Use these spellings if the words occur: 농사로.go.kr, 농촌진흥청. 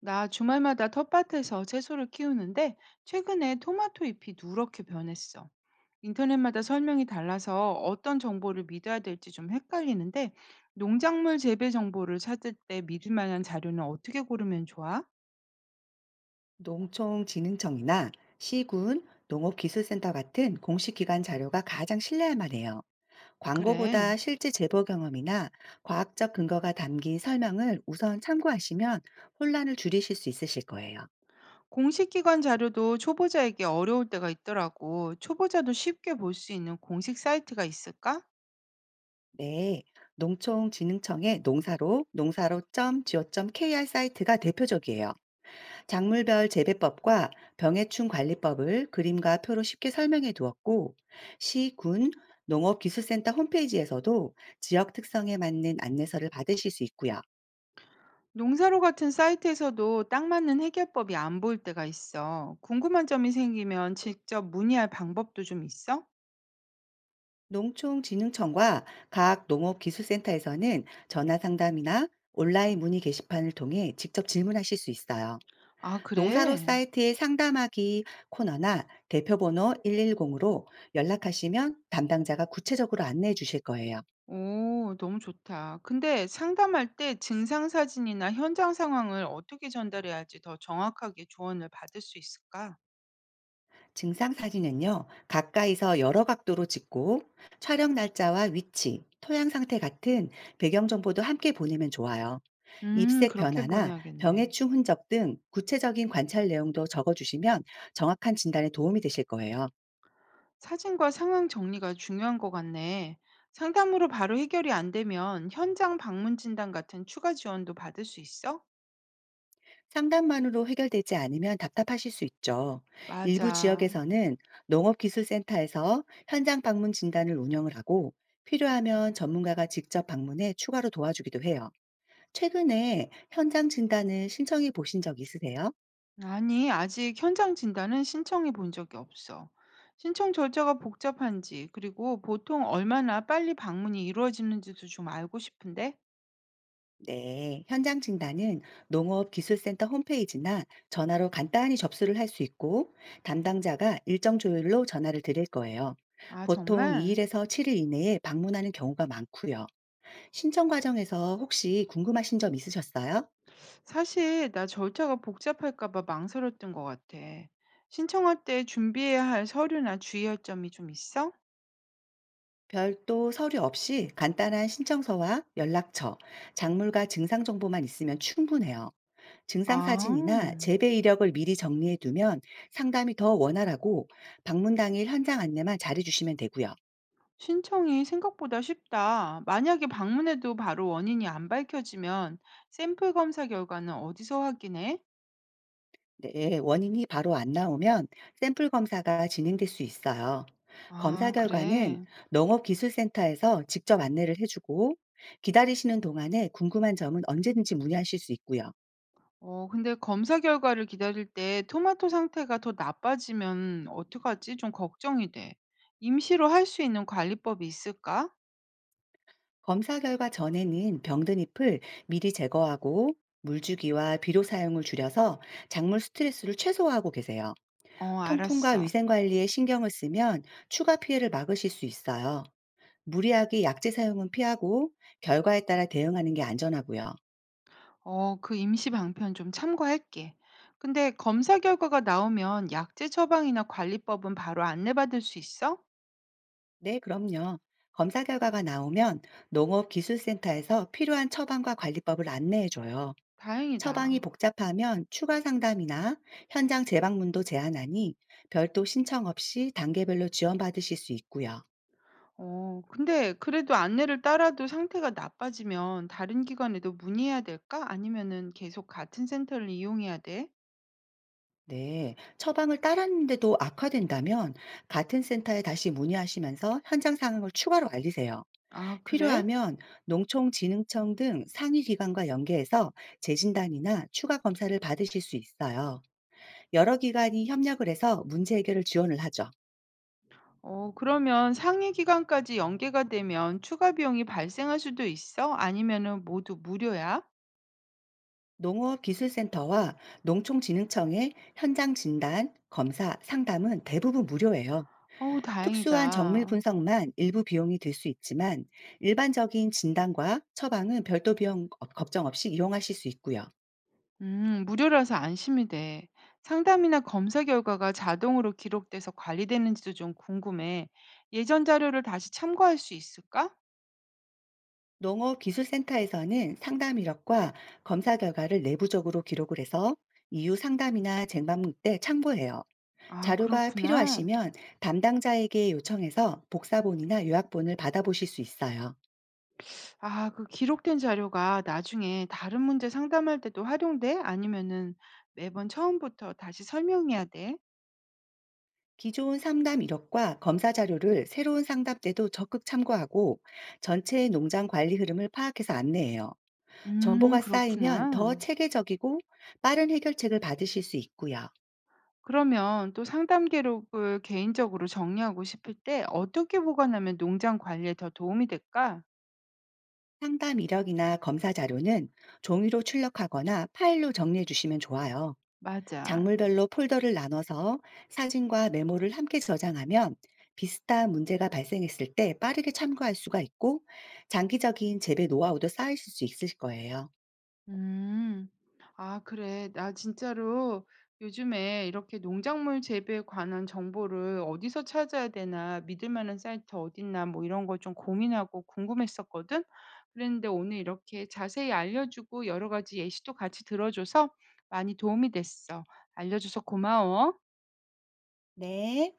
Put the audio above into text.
나 주말마다 텃밭에서 채소를 키우는데 최근에 토마토 잎이 누렇게 변했어. 인터넷마다 설명이 달라서 어떤 정보를 믿어야 될지 좀 헷갈리는데 농작물 재배 정보를 찾을 때 믿을 만한 자료는 어떻게 고르면 좋아? 농촌진흥청이나 시군, 농업기술센터 같은 공식 기관 자료가 가장 신뢰할 만해요. 그래. 광고보다 실제 제보 경험이나 과학적 근거가 담긴 설명을 우선 참고하시면 혼란을 줄이실 수 있으실 거예요. 공식 기관 자료도 초보자에게 어려울 때가 있더라고. 초보자도 쉽게 볼 수 있는 공식 사이트가 있을까? 네, 농촌진흥청의 농사로 농사로.go.kr 사이트가 대표적이에요. 작물별 재배법과 병해충 관리법을 그림과 표로 쉽게 설명해 두었고, 시, 군, 농업기술센터 홈페이지에서도 지역 특성에 맞는 안내서를 받으실 수 있고요. 농사로 같은 사이트에서도 딱 맞는 해결법이 안 보일 때가 있어. 궁금한 점이 생기면 직접 문의할 방법도 좀 있어? 농촌진흥청과 각 농업기술센터에서는 전화 상담이나 온라인 문의 게시판을 통해 직접 질문하실 수 있어요. 아, 농사로 그래? 사이트의 상담하기 코너나 대표번호 110으로 연락하시면 담당자가 구체적으로 안내해 주실 거예요. 오, 너무 좋다. 근데 상담할 때 증상 사진이나 현장 상황을 어떻게 전달해야 할지 더 정확하게 조언을 받을 수 있을까? 증상 사진은요, 가까이서 여러 각도로 찍고 촬영 날짜와 위치, 토양 상태 같은 배경 정보도 함께 보내면 좋아요. 입색 그렇게 변화나 보내야겠네. 병해충 흔적 등 구체적인 관찰 내용도 적어주시면 정확한 진단에 도움이 되실 거예요. 사진과 상황 정리가 중요한 것 같네. 상담으로 바로 해결이 안 되면 현장 방문 진단 같은 추가 지원도 받을 수 있어? 상담만으로 해결되지 않으면 답답하실 수 있죠. 일부 맞아. 지역에서는 농업기술센터에서 현장 방문 진단을 운영을 하고 필요하면 전문가가 직접 방문해 추가로 도와주기도 해요. 최근에 현장 진단을 신청해 보신 적 있으세요? 아니, 아직 현장 진단은 신청해 본 적이 없어. 신청 절차가 복잡한지, 그리고 보통 얼마나 빨리 방문이 이루어지는지도 좀 알고 싶은데? 네, 현장 진단은 농업기술센터 홈페이지나 전화로 간단히 접수를 할 수 있고 담당자가 일정 조율로 전화를 드릴 거예요. 아, 보통 정말? 2일에서 7일 이내에 방문하는 경우가 많고요. 신청 과정에서 혹시 궁금하신 점 있으셨어요? 사실 나 절차가 복잡할까 봐 망설였던 것 같아. 신청할 때 준비해야 할 서류나 주의할 점이 좀 있어? 별도 서류 없이 간단한 신청서와 연락처, 작물과 증상 정보만 있으면 충분해요. 증상 아, 사진이나 재배 이력을 미리 정리해 두면 상담이 더 원활하고 방문 당일 현장 안내만 잘해 주시면 되고요. 신청이 생각보다 쉽다. 만약에 방문해도 바로 원인이 안 밝혀지면 샘플 검사 결과는 어디서 확인해? 네, 원인이 바로 안 나오면 샘플 검사가 진행될 수 있어요. 검사 아, 결과는 그래. 농업기술센터에서 직접 안내를 해주고 기다리시는 동안에 궁금한 점은 언제든지 문의하실 수 있고요. 어, 근데 검사 결과를 기다릴 때 토마토 상태가 더 나빠지면 어떡하지? 좀 걱정이 돼. 임시로 할 수 있는 관리법이 있을까? 검사 결과 전에는 병든 잎을 미리 제거하고 물주기와 비료 사용을 줄여서 작물 스트레스를 최소화하고 계세요. 어, 통풍과 알았어. 위생 관리에 신경을 쓰면 추가 피해를 막으실 수 있어요. 무리하게 약제 사용은 피하고 결과에 따라 대응하는 게 안전하고요. 어, 그 임시 방편 좀 참고할게. 근데 검사 결과가 나오면 약제 처방이나 관리법은 바로 안내받을 수 있어? 네, 그럼요. 검사 결과가 나오면 농업기술센터에서 필요한 처방과 관리법을 안내해줘요. 처방이 다행이다. 복잡하면 추가 상담이나 현장 재방문도 제한하니 별도 신청 없이 단계별로 지원받으실 수 있고요. 어, 근데 그래도 안내를 따라도 상태가 나빠지면 다른 기관에도 문의해야 될까? 아니면은 계속 같은 센터를 이용해야 돼? 네, 처방을 따랐는데도 악화된다면 같은 센터에 다시 문의하시면서 현장 상황을 추가로 알리세요. 아, 그래? 필요하면 농촌진흥청 등 상위 기관과 연계해서 재진단이나 추가 검사를 받으실 수 있어요. 여러 기관이 협력을 해서 문제 해결을 지원을 하죠. 어, 그러면 상해 기간까지 연계가 되면 추가 비용이 발생할 수도 있어? 아니면은 모두 무료야? 농업기술센터와 농촌진흥청의 현장 진단, 검사, 상담은 대부분 무료예요. 어우, 특수한 정밀 다행이다. 분석만 일부 비용이 들 수 있지만 일반적인 진단과 처방은 별도 비용 걱정 없이 이용하실 수 있고요. 무료라서 안심이 돼. 상담이나 검사 결과가 자동으로 기록돼서 관리되는지도 좀 궁금해. 예전 자료를 다시 참고할 수 있을까? 농업기술센터에서는 상담 이력과 검사 결과를 내부적으로 기록을 해서 이후 상담이나 쟁반 때 참고해요. 아, 자료가 그렇구나. 필요하시면 담당자에게 요청해서 복사본이나 요약본을 받아보실 수 있어요. 아, 그 기록된 자료가 나중에 다른 문제 상담할 때도 활용돼? 아니면은 매번 처음부터 다시 설명해야 돼? 기존 상담 이력과 검사 자료를 새로운 상담 때도 적극 참고하고 전체 농장 관리 흐름을 파악해서 안내해요. 정보가 쌓이면 더 그렇구나. 체계적이고 빠른 해결책을 받으실 수 있고요. 그러면 또 상담 기록을 개인적으로 정리하고 싶을 때 어떻게 보관하면 농장 관리에 더 도움이 될까? 상담 이력이나 검사 자료는 종이로 출력하거나 파일로 정리해 주시면 좋아요. 맞아. 작물별로 폴더를 나눠서 사진과 메모를 함께 저장하면 비슷한 문제가 발생했을 때 빠르게 참고할 수가 있고 장기적인 재배 노하우도 쌓이실 수 있을 거예요. 음. 아, 그래. 나 진짜로 요즘에 이렇게 농작물 재배에 관한 정보를 어디서 찾아야 되나, 믿을 만한 사이트 어딨나, 뭐 이런 거 좀 고민하고 궁금했었거든. 그랬는데 오늘 이렇게 자세히 알려주고 여러 가지 예시도 같이 들어줘서 많이 도움이 됐어. 알려줘서 고마워. 네.